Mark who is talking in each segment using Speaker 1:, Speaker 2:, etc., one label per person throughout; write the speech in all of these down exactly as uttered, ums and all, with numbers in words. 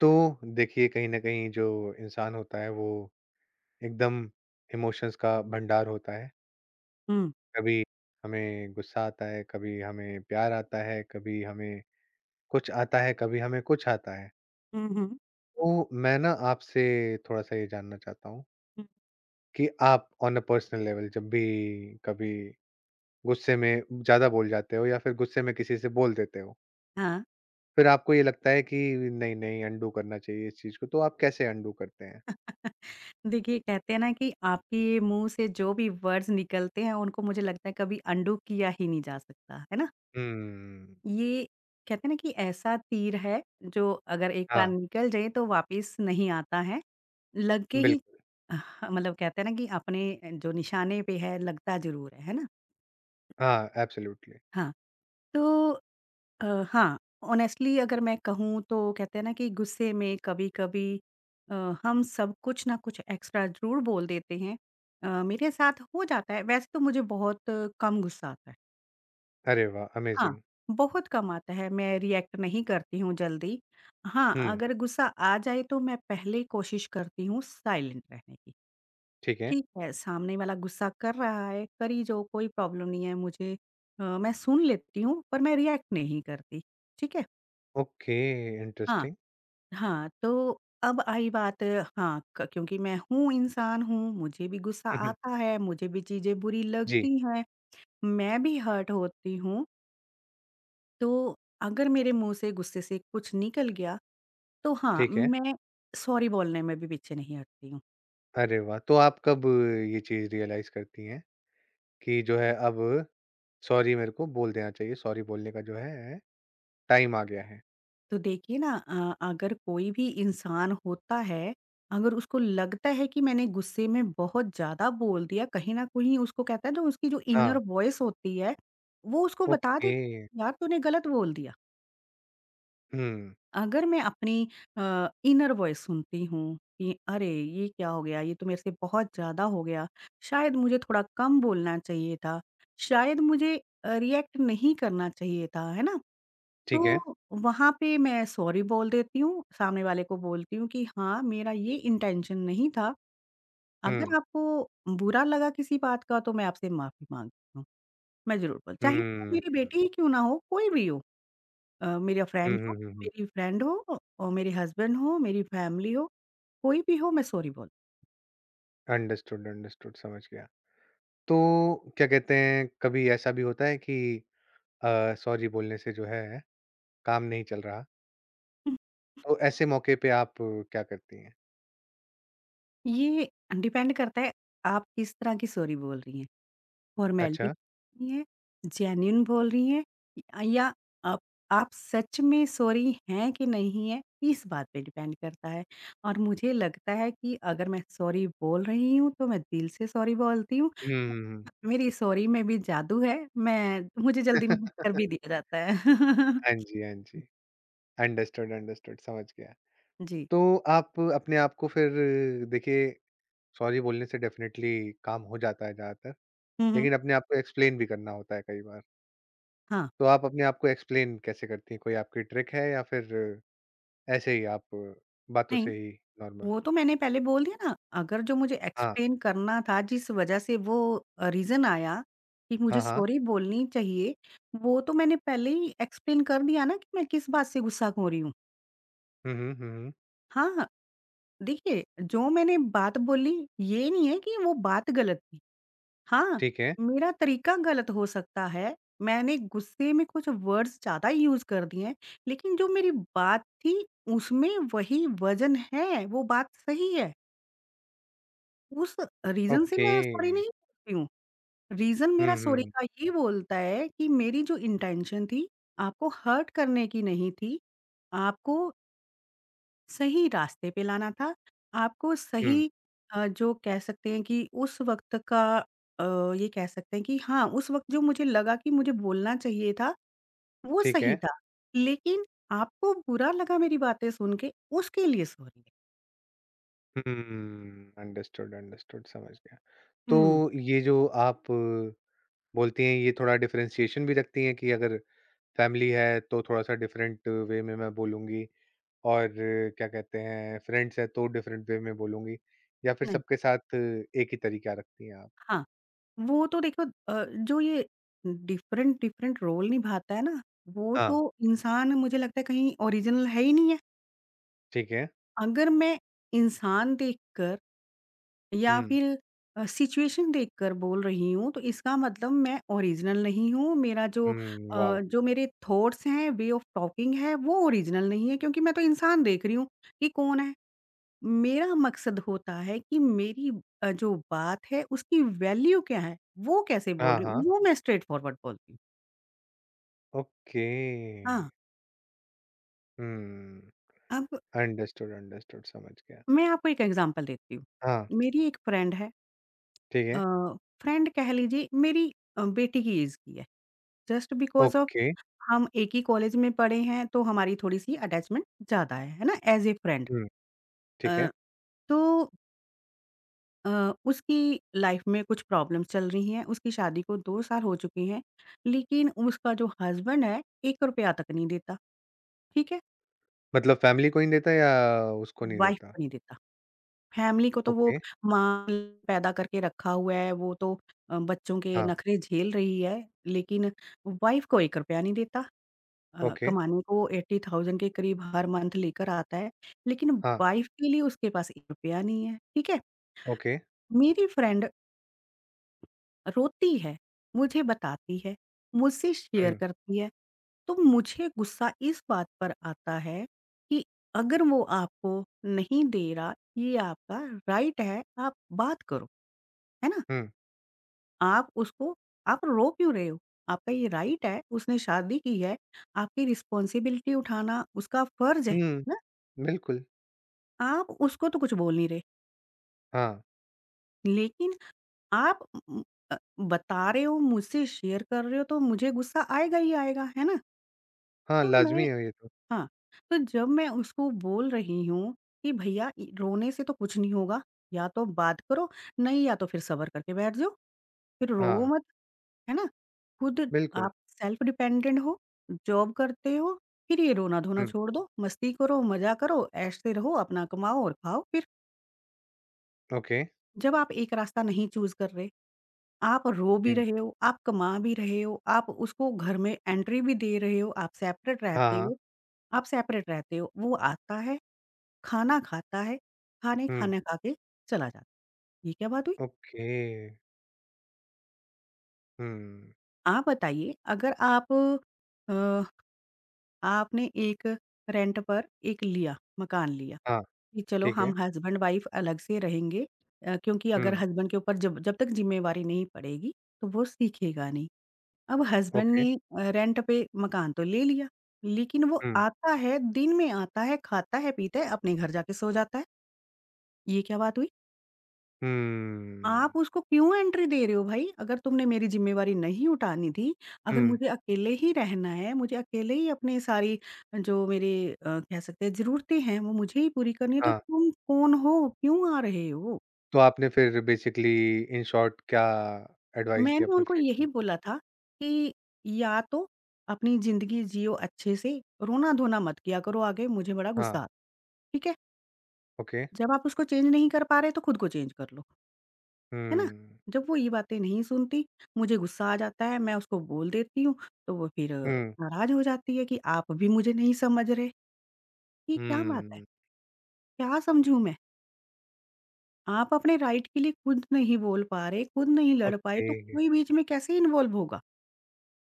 Speaker 1: तो देखिए कहीं न कहीं जो इंसान होता है वो एकदम इमोशंस का भंडार होता है।
Speaker 2: हुँ।
Speaker 1: कभी हमें गुस्सा आता है, कभी हमें प्यार आता है, कभी हमें कुछ आता है, कभी हमें कुछ आता है।
Speaker 2: हुँ, हुँ,
Speaker 1: तो मैं ना आपसे थोड़ा-सा ये जानना चाहता हूँ
Speaker 2: हुँ,
Speaker 1: कि आप ऑन अ पर्सनल लेवल जब भी कभी गुस्से में ज़्यादा बोल जाते हो या फिर गुस्से में किसी से बोल देते हो,
Speaker 2: हाँ।
Speaker 1: फिर आपको ये लगता है कि नहीं, नहीं अंडू करना चाहिए इस चीज़ को, तो आप कैसे अंडू करते हैं?
Speaker 2: देखिए, कहते हैं ना कि आपके मुँह से जो भी वर्ड्स निकलते हैं, उनको मुझे लगता है कभी अनडू किया ही नहीं जा सकता, है ना?
Speaker 1: हुँ।
Speaker 2: ये कहते हैं ना कि ऐसा तीर है, जो अगर एक बार
Speaker 1: हाँ,
Speaker 2: निकल जाए तो वापस नहीं आता है। लग के ही
Speaker 1: बिल्कुल।
Speaker 2: हाँ, मतलब कहते हैं ना कि अपने जो निशाने पे है, लगता ज़रूर है, है ना?
Speaker 1: हाँ, एब्सोल्युटली।
Speaker 2: हाँ, तो अ, हाँ, ऑनेस्टली अगर मैं कहूँ तो कहते हैं ना कि गुस्से में कभी-कभी अ, हम सब कुछ ना कुछ एक्स्ट्रा ज़रूर बोल देते हैं। अ, मेरे साथ हो जाता है वैसे तो मुझे बहुत अ, कम गुस्सा आता है।
Speaker 1: अरे वाह!
Speaker 2: हाँ,
Speaker 1: अमेज़िंग।
Speaker 2: बहुत कम आता है, मैं रिएक्ट नहीं करती हूँ जल्दी। हाँ,
Speaker 1: हुँ,
Speaker 2: अगर गुस्सा आ जाए तो मैं पहले कोशिश करती हूँ साइलेंट रहने की।
Speaker 1: ठीक है।
Speaker 2: ठीक है, सामने वाला गुस्सा कर रहा है, करी जो कोई प्रॉब्लम नहीं है मुझे। अ, मैं सुन लेती हूँ पर मैं रिएक्ट नहीं करती, ठीक है?
Speaker 1: ओके,
Speaker 2: हाँ।
Speaker 1: इंटरेस्टिंग।
Speaker 2: हाँ, तो अब आई बात। हाँ, क क्योंकि मैं हूँ, इंसान हूँ, मुझे भी गुस्सा
Speaker 1: हुँ, हुँ।
Speaker 2: आता है, मुझे भी चीज़ें बुरी
Speaker 1: जी,
Speaker 2: लगती हैं, मैं भी हर्ट होती हूँ। तो अगर मेरे मुँह से गुस्से से कुछ निकल गया, तो हाँ,
Speaker 1: ठीक है।
Speaker 2: मैं सॉरी बोलने में भी पीछे नहीं हटती हूँ।
Speaker 1: अरे वाह! तो आप कब ये चीज़ रियलाइज़ करती हैं कि जो है अब सॉरी मेरे को बोल देना चाहिए, सॉरी बोलने का जो है टाइम आ गया है?
Speaker 2: तो देखिए ना अ, अगर कोई भी इंसान होता है, अगर उसको लगता है कि मैंने गुस्से में बहुत ज़्यादा बोल दिया, कहीं न कहीं उसको कहते हैं ना उसकी जो इनर
Speaker 1: हाँ,
Speaker 2: वॉइस होती है, वो उसको बता
Speaker 1: ओके।
Speaker 2: देती है, "यार तूने गलत बोल दिया।"
Speaker 1: हुँ,
Speaker 2: अगर मैं अपनी अ, इनर वॉइस सुनती हूँ कि अरे! ये क्या हो गया? ये तो मेरे से बहुत ज़्यादा हो गया। शायद मुझे थोड़ा कम बोलना चाहिए था, शायद मुझे अ, रिएक्ट नहीं करना चाहिए था, है ना?
Speaker 1: ठीक है।
Speaker 2: तो वहाँ पे मैं सॉरी बोल देती हूँ, सामने वाले को बोलती हूँ कि हाँ, मेरा ये इंटेंशन नहीं था। अगर
Speaker 1: हुँ,
Speaker 2: आपको बुरा लगा किसी बात का तो मैं आपसे माफ़ी माँगती हूँ। मैं ज़रूर बोल, चाहे वो
Speaker 1: हुँ,
Speaker 2: मेरी
Speaker 1: हुँ,
Speaker 2: बेटी ही क्यों ना हो, कोई भी हो, अ, मेरा
Speaker 1: हुँ,
Speaker 2: फ्रेंड हो,
Speaker 1: हुँ, हुँ।
Speaker 2: मेरी फ्रेंड हो, औ और मेरे हस्बैंड हो, मेरी फैमिली हो, कोई भी हो मैं सॉरी बोल।
Speaker 1: अंडरस्टूड, अंडरस्टूड समझ गया। तो क्या कहते हैं, कभी ऐसा भी होता है कि अ, सॉरी बोलने से जो है काम नहीं चल रहा?
Speaker 2: हुँ,
Speaker 1: तो ऐसे मौके पे आप क्या करती हैं?
Speaker 2: ये डिपेंड करता है आप किस तरह की सॉरी बोल रही हैं। फॉर्मेलिटी
Speaker 1: अच्छा।
Speaker 2: नहीं है, जेन्युइन बोल रही हैं, अ, या आप आप सच में सॉरी हैं कि नहीं हैं, इस बात पे डिपेंड करता है। और मुझे लगता है कि अगर मैं सॉरी बोल रही हूँ, तो मैं दिल से सॉरी बोलती हूँ।
Speaker 1: हुँ, हुँ, हुँ।
Speaker 2: मेरी सॉरी में भी जादू है, मैं मुझे जल्दी माफ़ कर भी दिया जाता है।
Speaker 1: हाँ जी, हाँ जी। अंडरस्टूड, अंडरस्टूड समझ गया।
Speaker 2: जी।
Speaker 1: तो आप अपने आप को फिर देखिए सॉरी बोलने से डेफ़िनेटली काम हो जाता है ज़्यादातर,
Speaker 2: हुँ, हुँ।
Speaker 1: लेकिन अपने आप को एक्सप्लेन भी करना होता है कई बार।
Speaker 2: हाँ,
Speaker 1: तो आप अपने आप को एक्सप्लेन कैसे करती हैं? कोई आपकी ट्रिक है या फिर ऐसे ही आप बातों
Speaker 2: नहीं,
Speaker 1: से ही नॉर्मल?
Speaker 2: वो तो मैंने पहले बोल दिया ना, अगर जो मुझे
Speaker 1: हाँ।
Speaker 2: एक्सप्लेन करना था जिस वज़ह से वो अ, रीज़न आया कि मुझे
Speaker 1: हाँ, हाँ।
Speaker 2: सॉरी बोलनी चाहिए, वो तो मैंने पहले ही एक्सप्लेन कर दिया ना कि मैं किस बात से गुस्सा हो रही हूँ।
Speaker 1: हुँ, हुँ, हुँ, हुँ।
Speaker 2: हाँ, देखिए जो मैंने बात बोली ये नहीं है कि वो बात गलत थी। हाँ,
Speaker 1: ठीक है।
Speaker 2: मेरा तरीका गलत हो सकता है, मैंने गुस्से में कुछ वर्ड्स ज़्यादा यूज़ कर दिए हैं, लेकिन जो मेरी बात थी उसमें वही वज़न है, वो बात सही है। उस रीज़न से
Speaker 1: ओके।
Speaker 2: मैं सॉरी
Speaker 1: हुँ,
Speaker 2: नहीं बोलती हूँ। रीज़न मेरा
Speaker 1: हुँ,
Speaker 2: सॉरी
Speaker 1: हुँ।
Speaker 2: का ये बोलता है कि मेरी जो इंटेंशन थी, आपको हर्ट करने की नहीं थी। आपको सही रास्ते पे लाना था। आपको
Speaker 1: हुँ,
Speaker 2: सही अ, जो कह सकते हैं कि उस वक़्त का, अ, ये कह सकते हैं कि हाँ, उस वक़्त जो मुझे लगा कि मुझे बोलना चाहिए था, वो
Speaker 1: ठीक
Speaker 2: सही
Speaker 1: है।
Speaker 2: था। लेकिन आपको बुरा लगा मेरी बातें सुन के, उसके लिए सॉरी है।
Speaker 1: हुँ, अंडरस्टूड, अंडरस्टूड समझ गया।
Speaker 2: हुँ,
Speaker 1: तो ये जो आप बोलती हैं ये थोड़ा डिफरेंशिएशन भी रखती हैं कि अगर फैमिली है तो थोड़ा-सा डिफरेंट वे में मैं बोलूँगी और क्या कहते हैं फ्रेंड्स हैं तो डिफरेंट वे में बोलूँगी या फिर
Speaker 2: नहीं।
Speaker 1: सबके साथ एक ही तरीका रखती हैं आप?
Speaker 2: हाँ। वो तो देखो, अ, जो ये डिफरेंट डिफरेंट रोल निभाता है ना, वो
Speaker 1: हाँ।
Speaker 2: तो इंसान मुझे लगता है कहीं ओरिजिनल है ही नहीं है।
Speaker 1: ठीक है।
Speaker 2: अगर मैं इंसान देखकर या
Speaker 1: हुँ।
Speaker 2: फिर अ, सिचुएशन देखकर बोल रही हूँ, तो इसका मतलब मैं ओरिजिनल नहीं हूँ। मेरा जो,
Speaker 1: हुँ,
Speaker 2: अ,
Speaker 1: वॉव!
Speaker 2: जो मेरे थॉट्स हैं, वे ऑफ टॉकिंग है, वो ओरिजिनल नहीं है क्योंकि मैं तो इंसान देख रही हूँ कि कौन है। मेरा मकसद होता है कि मेरी अ, जो बात है उसकी वैल्यू क्या है, वो कैसे बोल
Speaker 1: हाँ,
Speaker 2: रही हूँ,
Speaker 1: हाँ।
Speaker 2: वो मैं स्ट्रेट फॉरवर्ड बोलती हूँ।
Speaker 1: ओके।
Speaker 2: हाँ,
Speaker 1: हुँ,
Speaker 2: अब
Speaker 1: अंडरस्टूड, अंडरस्टूड समझ गया।
Speaker 2: मैं आपको एक एग्ज़ाम्पल देती हूँ।
Speaker 1: हाँ,
Speaker 2: मेरी एक फ्रेंड है,
Speaker 1: ठीक
Speaker 2: अ,
Speaker 1: है।
Speaker 2: फ्रेंड कह लीजिए मेरी अ, बेटी की एज की है। Just because of
Speaker 1: okay.
Speaker 2: हम एक ही कॉलेज में पढ़े हैं तो हमारी थोड़ी-सी अटैचमेंट ज़्यादा है, है ना? As a friend.
Speaker 1: हुँ, ठीक
Speaker 2: अ,
Speaker 1: है।
Speaker 2: तो अ, उसकी लाइफ में कुछ प्रॉब्लम्स चल रही हैं, उसकी शादी को दो साल हो चुके हैं, लेकिन उसका जो हस्बैंड है, ₹एक रुपया तक नहीं देता, ठीक है?
Speaker 1: मतलब फैमिली को ही देता है या उसको नहीं
Speaker 2: वाइफ
Speaker 1: देता?
Speaker 2: को नहीं देता। फैमिली को तो वो
Speaker 1: ओके,
Speaker 2: माँ ने पैदा करके रखा हुआ है, वो तो अ, बच्चों के
Speaker 1: हाँ,
Speaker 2: नखरे झेल रही है, लेकिन वाइफ को ₹एक रुपया नहीं देता। अ,
Speaker 1: ओके,
Speaker 2: कमाने को अस्सी हज़ार के करीब हर मंथ लेकर आता है, लेकिन
Speaker 1: हाँ,
Speaker 2: वाइफ के लिए उसके पास ₹एक रुपया नहीं है, ठीक है?
Speaker 1: ओके,
Speaker 2: मेरी फ्रेंड रोती है, मुझे बताती है, मुझसे
Speaker 1: हुँ,
Speaker 2: शेयर करती है। तो मुझे गुस्सा इस बात पर आता है कि अगर वो आपको नहीं दे रहा, ये आपका राइट है, आप बात करो, है ना?
Speaker 1: हुँ,
Speaker 2: आप उसको, आप रो क्यों रहे हो? आपका ये राइट है, उसने शादी की है, आपकी रिस्पॉन्सिबिलिटी उठाना उसका फर्ज़ है
Speaker 1: हुँ,
Speaker 2: ना?
Speaker 1: बिल्कुल,
Speaker 2: आप उसको तो कुछ बोल नहीं रहे,
Speaker 1: हाँ,
Speaker 2: लेकिन आप उम उम, अ, बता रहे हो, मुझसे शेयर कर रहे हो तो मुझे गुस्सा आएगा ही आएगा, है ना?
Speaker 1: हाँ,
Speaker 2: तो
Speaker 1: लाज़मी
Speaker 2: मैं,
Speaker 1: है ये तो।
Speaker 2: हाँ, तो जब मैं उसको बोल रही हूँ कि भैया इ रोने से तो कुछ नहीं होगा, या तो बात करो, नहीं या तो फिर सब्र करके बैठ जाओ, फिर रोवो
Speaker 1: हाँ,
Speaker 2: मत, है ना? खुद
Speaker 1: बिल्कुल,
Speaker 2: आप सेल्फ डिपेंडेंट हो, जॉब करते हो, फिर ये रोना-धोना
Speaker 1: हुँ,
Speaker 2: छोड़ दो, मस्ती करो, मज़ा करो, ऐश से रहो, अपना कमाओ और खाओ फिर।
Speaker 1: ओके,
Speaker 2: जब आप एक रास्ता नहीं चूज़ कर रहे, आप रो भी
Speaker 1: हुँ,
Speaker 2: रहे हो, आप कमा भी रहे हो, आप उसको घर में एंट्री भी दे रहे हो, आप सेपरेट
Speaker 1: हाँ,
Speaker 2: रहते
Speaker 1: हाँ,
Speaker 2: हो आप सेपरेट रहते हो, वो आता है, खाना खाता है, खाने
Speaker 1: हुँ,
Speaker 2: खाना खा के चला जाता है। ये क्या बात हुई?
Speaker 1: ओके, हुँ,
Speaker 2: आप बताइए अगर आप, अ, आपने एक रेंट पर एक लिया, मकान लिया,
Speaker 1: हाँ,
Speaker 2: कि चलो
Speaker 1: ठीक
Speaker 2: हम
Speaker 1: है,
Speaker 2: हस्बैंड-वाइफ अलग से रहेंगे, अ, क्योंकि अगर
Speaker 1: हुँ,
Speaker 2: हस्बैंड के ऊपर जब जब तक ज़िम्मेवारी नहीं पड़ेगी, तो वो सीखेगा नहीं। अब हस्बैंड
Speaker 1: ओके,
Speaker 2: ने अ, रेंट पे मकान तो ले लिया, लेकिन वो
Speaker 1: हुँ,
Speaker 2: आता है, दिन में आता है, खाता है, पीता है, अपने घर जाके सो जाता है। ये क्या बात हुई? आप
Speaker 1: हुँ,
Speaker 2: उसको क्यों एंट्री दे रहे हो भाई? अगर तुमने मेरी ज़िम्मेवारी नहीं उठानी थी, अगर
Speaker 1: हुँ,
Speaker 2: मुझे अकेले ही रहना है, मुझे अकेले ही अपनी सारी जो मेरे, अ, कह सकते हैं ज़रूरतें हैं, वो मुझे ही पूरी करनी है, तो
Speaker 1: हाँ,
Speaker 2: तुम कौन हो? क्यों आ रहे हो?
Speaker 1: तो आपने फिर बेसिकली इन शॉर्ट क्या एडवाइस दी
Speaker 2: मैंने
Speaker 1: अपनी
Speaker 2: उनको
Speaker 1: फ्रेंड
Speaker 2: यही
Speaker 1: को?
Speaker 2: बोला था कि या तो अपनी ज़िंदगी जियो अच्छे से, रोना-धोना मत किया करो आगे, मुझे बड़ा
Speaker 1: हाँ,
Speaker 2: गुस्सा आता है। ठीक है?
Speaker 1: ओके,
Speaker 2: जब आप उसको चेंज नहीं कर पा रहे, तो खुद को चेंज कर लो। है ना?
Speaker 1: हुँ,
Speaker 2: जब वो ये बातें नहीं सुनती, मुझे गुस्सा आ जाता है, मैं उसको बोल देती हूँ, तो वो फिर
Speaker 1: हुँ,
Speaker 2: नाराज़ हो जाती है कि आप भी मुझे नहीं समझ रहे। ये क्या बात है?
Speaker 1: हुँ,
Speaker 2: क्या समझूँ मैं? आप अपने राइट के लिए खुद नहीं बोल पा रहे, खुद नहीं लड़ पाए,
Speaker 1: ओके।
Speaker 2: तो कोई बीच में कैसे इन्वॉल्व होगा?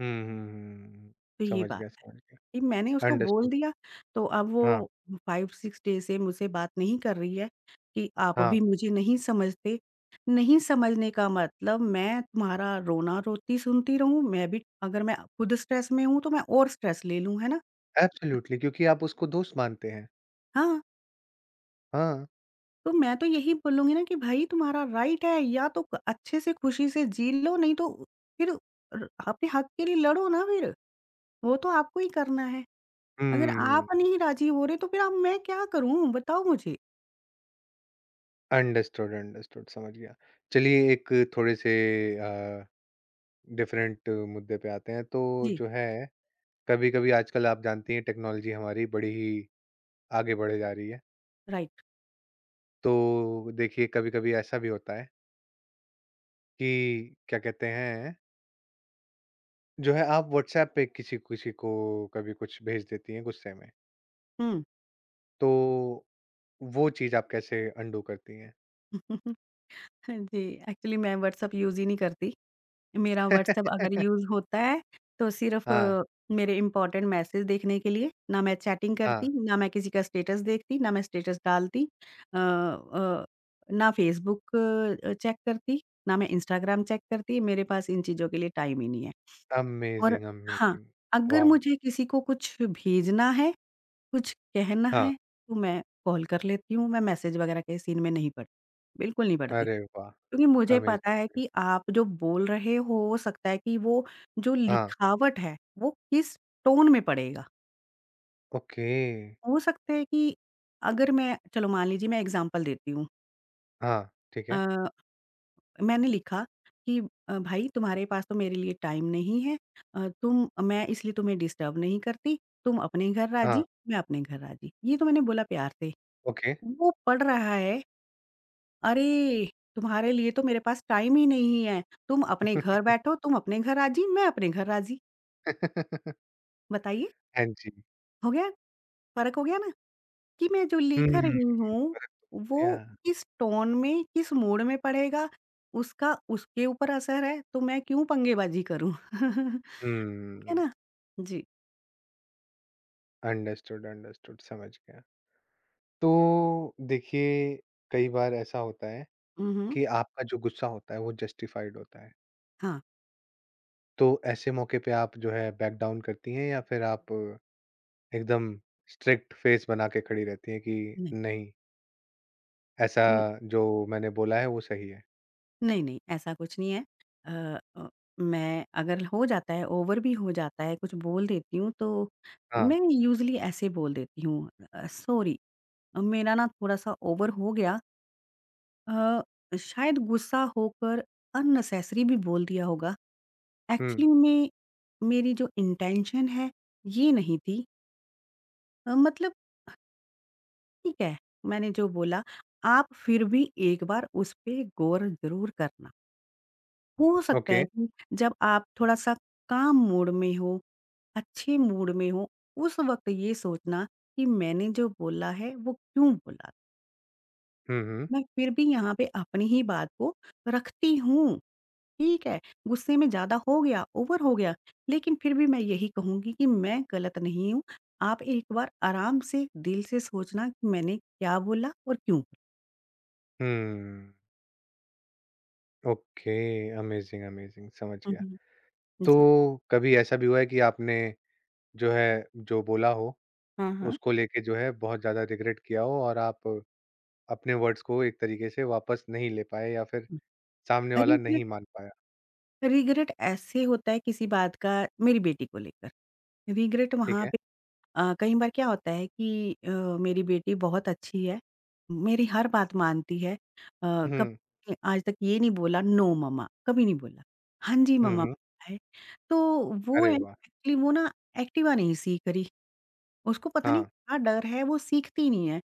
Speaker 1: हुँ, हुँ, हुँ।
Speaker 2: तो ये
Speaker 1: समझ
Speaker 2: बात।
Speaker 1: गया, समझ गया।
Speaker 2: कि मैंने उसको बोल
Speaker 1: अंडरस्टूड
Speaker 2: दिया, तो अब वो
Speaker 1: हाँ,
Speaker 2: पाँच छह डे से मुझसे बात नहीं कर रही है कि आप
Speaker 1: हाँ।
Speaker 2: भी मुझे नहीं समझते। नहीं समझने का मतलब मैं तुम्हारा रोना-रोती सुनती रहूँ, मैं भी अगर मैं खुद स्ट्रेस में हूँ, तो मैं और स्ट्रेस ले लूँ, है ना?
Speaker 1: एब्सोल्यूटली क्योंकि आप उसको दोस्त मानते हैं।
Speaker 2: हाँ,
Speaker 1: हाँ।
Speaker 2: तो मैं तो यही बोलूँगी ना कि भई तुम्हारा राइट है, या तो क अच्छे से खुशी से जी लो, नहीं तो फिर र अपने हक के लिए लड़ो ना फिर, वो तो आपको ही करना है। अगर आप
Speaker 1: हुँ।
Speaker 2: नहीं राज़ी हो रहे, तो फिर अब मैं क्या करूँ बताओ मुझे?
Speaker 1: अंडरस्टूड, अंडरस्टूड समझ गया। चलिए एक थोड़े से अ, डिफरेंट मुद्दे पे आते हैं। तो
Speaker 2: जी,
Speaker 1: जो है कभी-कभी आजकल आप जानती हैं टेक्नोलॉजी हमारी बड़ी ही आगे बढ़े जा रही है।
Speaker 2: राइट।
Speaker 1: तो देखिए कभी-कभी ऐसा भी होता है कि क्या कहते हैं जो है आप व्हाट्सऐप पे किसी-किसी को कभी कुछ भेज देती हैं गुस्से में।
Speaker 2: हुँ।
Speaker 1: तो वो चीज़ आप कैसे अंडू करती हैं?
Speaker 2: जी, एक्चुअली मैं व्हाट्सएप यूज़ ही नहीं करती। मेरा व्हाट्सएप अगर यूज़ होता है, तो सिर्फ़
Speaker 1: हाँ,
Speaker 2: मेरे इम्पोर्टेंट मैसेज देखने के लिए। ना मैं चैटिंग करती,
Speaker 1: हाँ।
Speaker 2: ना मैं किसी का स्टेटस देखती, ना मैं स्टेटस डालती। अ अ, ना फ़ेसबुक अ, चेक करती, ना मैं इंस्टाग्राम चेक करती। मेरे पास इन चीज़ों के लिए टाइम ही नहीं है। और
Speaker 1: अमेज़िंग,
Speaker 2: हाँ,
Speaker 1: अमेज़िंग!
Speaker 2: अगर
Speaker 1: वॉव!
Speaker 2: मुझे किसी को कुछ भेजना है, कुछ कहना
Speaker 1: हाँ।
Speaker 2: है, तो मैं कॉल कर लेती हूँ। मैं मैसेज वगैरह के सीन में नहीं पड़ती, बिल्कुल नहीं पड़ती।
Speaker 1: अरे वाह!
Speaker 2: क्योंकि मुझे पता है
Speaker 1: अमेज़िंग!
Speaker 2: कि आप जो बोल रहे हो, हो सकता है कि वो जो
Speaker 1: हाँ,
Speaker 2: लिखावट है, वो किस टोन में पड़ेगा।
Speaker 1: ओके।
Speaker 2: हो सकता है कि अगर मैं, चलो मान लीजिए मैं एग्ज़ाम्पल देती हूँ,
Speaker 1: हाँ, ठीक
Speaker 2: अ,
Speaker 1: है।
Speaker 2: मैंने लिखा कि, अ, भाई तुम्हारे पास तो मेरे लिए टाइम नहीं है, अ, तुम मैं इसलिए तुम्हें डिस्टर्ब नहीं करती, तुम अपने घर
Speaker 1: हाँ,
Speaker 2: राज़ी, मैं अपने घर राज़ी। ये तो मैंने बोला प्यार से।
Speaker 1: ओके।
Speaker 2: वो पढ़ रहा है, अरे! तुम्हारे लिए तो मेरे पास टाइम ही नहीं है। तुम अपने घर बैठो, तुम अपने घर राज़ी, मैं अपने घर राज़ी। बताइए,
Speaker 1: हाँ जी।
Speaker 2: हो गया? फ़र्क हो गया ना? कि मैं जो लिख
Speaker 1: हुँ,
Speaker 2: रही हूँ, वो
Speaker 1: क्या?
Speaker 2: किस टोन में, किस मूड में पड़ेगा, उसका उसके ऊपर असर है, तो मैं क्यों पंगेबाज़ी करूँ? ठीक है
Speaker 1: हुँ,
Speaker 2: ना? जी।
Speaker 1: अंडरस्टूड, अंडरस्टूड, समझ गया। तो देखिए, कई बार ऐसा होता है
Speaker 2: हुँ, हुँ।
Speaker 1: कि आपका जो गुस्सा होता है, वो जस्टिफाइड होता है।
Speaker 2: हाँ,
Speaker 1: तो ऐसे मौके पे आप जो है बैक डाउन करती हैं या फिर आप एकदम स्ट्रिक्ट फेस बना के खड़ी रहती हैं कि
Speaker 2: नहीं।
Speaker 1: नहीं, ऐसा जो मैंने बोला है वो सही है।
Speaker 2: नहीं, नहीं, ऐसा कुछ नहीं है। अ अ, मैं, अगर हो जाता है, ओवर भी हो जाता है, कुछ बोल देती हूँ, तो
Speaker 1: हाँ।
Speaker 2: मैं यूज़ुअली ऐसे बोल देती हूँ, अ, सॉरी, अ, मेरा ना थोड़ा-सा ओवर हो गया। अ, शायद गुस्सा होकर अननेसेसरी भी बोल दिया होगा।
Speaker 1: हुँ,
Speaker 2: एक्चुअली में मेरी जो इंटेंशन है, ये नहीं थी। अ, मतलब ठीक है, मैंने जो बोला, आप फिर भी एक बार उस पे गौर ज़रूर करना। हो सकता
Speaker 1: ओके।
Speaker 2: है कि जब आप थोड़ा-सा काम मूड में हो, अच्छे मूड में हो, उस वक़्त ये सोचना कि मैंने जो बोला है वो क्यों बोला?
Speaker 1: हुँ, हुँ।
Speaker 2: मैं फिर भी यहाँ पे अपनी ही बात को रखती हूँ, ठीक है? गुस्से में ज़्यादा हो गया, ओवर हो गया, लेकिन फिर भी मैं यही कहूँगी कि मैं गलत नहीं हूँ। आप एक बार आराम से दिल से सोचना कि मैंने क्या बोला और क्यों?
Speaker 1: हुँ, ओके अमेज़िंग, अमेज़िंग समझ
Speaker 2: हुँ,
Speaker 1: गया।
Speaker 2: हुँ।
Speaker 1: तो
Speaker 2: जी।
Speaker 1: कभी ऐसा भी हुआ है कि आपने जो है, जो बोला हो
Speaker 2: हाँ,
Speaker 1: उसको लेके जो है बहुत ज़्यादा रिग्रेट किया हो और आप अपने वर्ड्स को एक तरीके से वापस नहीं ले पाए या फिर
Speaker 2: हाँ।
Speaker 1: सामने वाला नहीं मान पाया,
Speaker 2: रिग्रेट ऐसे होता है किसी बात का, मेरी बेटी को लेकर। रिग्रेट
Speaker 1: ठीक
Speaker 2: वहाँ
Speaker 1: है?
Speaker 2: पे, अ, कई बार क्या होता है कि, अ, मेरी बेटी बहुत अच्छी है, मेरी हर बात मानती है। अ,
Speaker 1: हुँ,
Speaker 2: कभी आज तक ये नहीं बोला नो मम्मा, कभी नहीं बोला। हाँ जी
Speaker 1: हुँ,
Speaker 2: मम्मा
Speaker 1: हुँ।
Speaker 2: बोला है। तो वो
Speaker 1: अरे वाह!
Speaker 2: एक्चुअली वो ना एक्टिवा नहीं सीख रही, उसको पता नहीं
Speaker 1: हाँ।
Speaker 2: क्या डर है वो सीखती नहीं है।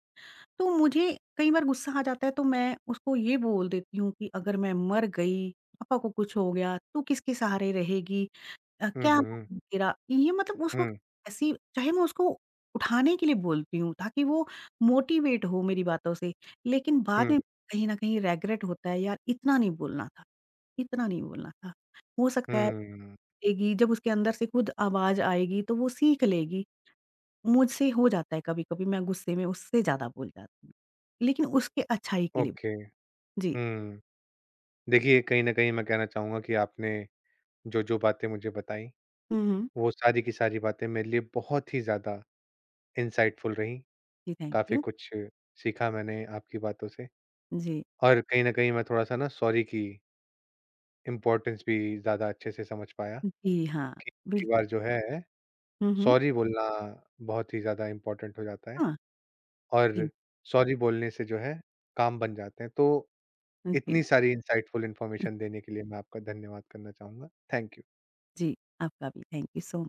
Speaker 2: तो मुझे कई बार गुस्सा आ जाता है तो मैं उसको ये बोल देती हूँ कि अगर मैं मर गई, पापा को कुछ हो गया, तू किसके सहारे रहेगी? अ,
Speaker 1: हुँ,
Speaker 2: क्या
Speaker 1: हुँ,
Speaker 2: होगा तेरा? ये मतलब उस वक़्त
Speaker 1: हुँ,
Speaker 2: ऐसी, चाहे मैं उसको उठाने के लिए बोलती हूँ ताकि वो मोटिवेट हो मेरी बातों से, लेकिन बाद
Speaker 1: हुँ,
Speaker 2: में कहीं न कहीं रिग्रेट होता है, यार इतना नहीं बोलना था, इतना नहीं बोलना था। हो सकता है
Speaker 1: हुँ।
Speaker 2: देगी, जब उसके अंदर से खुद आवाज़ आएगी तो वो सीख लेगी। मुझसे हो जाता है कभी-कभी, मैं गुस्से में उससे ज़्यादा बोल जाती हूँ। लेकिन उसके अच्छाई के लिए।
Speaker 1: ओके।
Speaker 2: जी।
Speaker 1: हुँ। देखिए, कहीं न कहीं मैं कहना चाहूँगा कि आपने जो-जो बातें मुझे बताई,
Speaker 2: हुँ, हुँ।
Speaker 1: वो सारी की सारी बातें मेरे लिए बहुत ही ज़्यादा इंसाइटफुल रहीं।
Speaker 2: जी, थैंक
Speaker 1: काफ़ी
Speaker 2: यू।
Speaker 1: कुछ सीखा मैंने आपकी बातों से
Speaker 2: जी।
Speaker 1: और कहीं न कहीं मैं थोड़ा-सा ना सॉरी की इम्पोर्टेंस भी ज़्यादा अच्छे से समझ पाया
Speaker 2: जी, हाँ,
Speaker 1: कि
Speaker 2: बिल,
Speaker 1: कई बार जो है,
Speaker 2: हुँ, हुँ।
Speaker 1: सॉरी बोलना बहुत ही ज़्यादा इम्पोर्टेंट हो जाता है
Speaker 2: हाँ,
Speaker 1: और
Speaker 2: जी।
Speaker 1: सॉरी बोलने से जो है, काम बन जाते हैं। तो इतनी
Speaker 2: जी,
Speaker 1: सारी इंसाइटफुल इन्फॉर्मेशन देने के लिए मैं आपका धन्यवाद करना चाहूँगा। Thank you.
Speaker 2: जी। आपका भी थैंक यू सो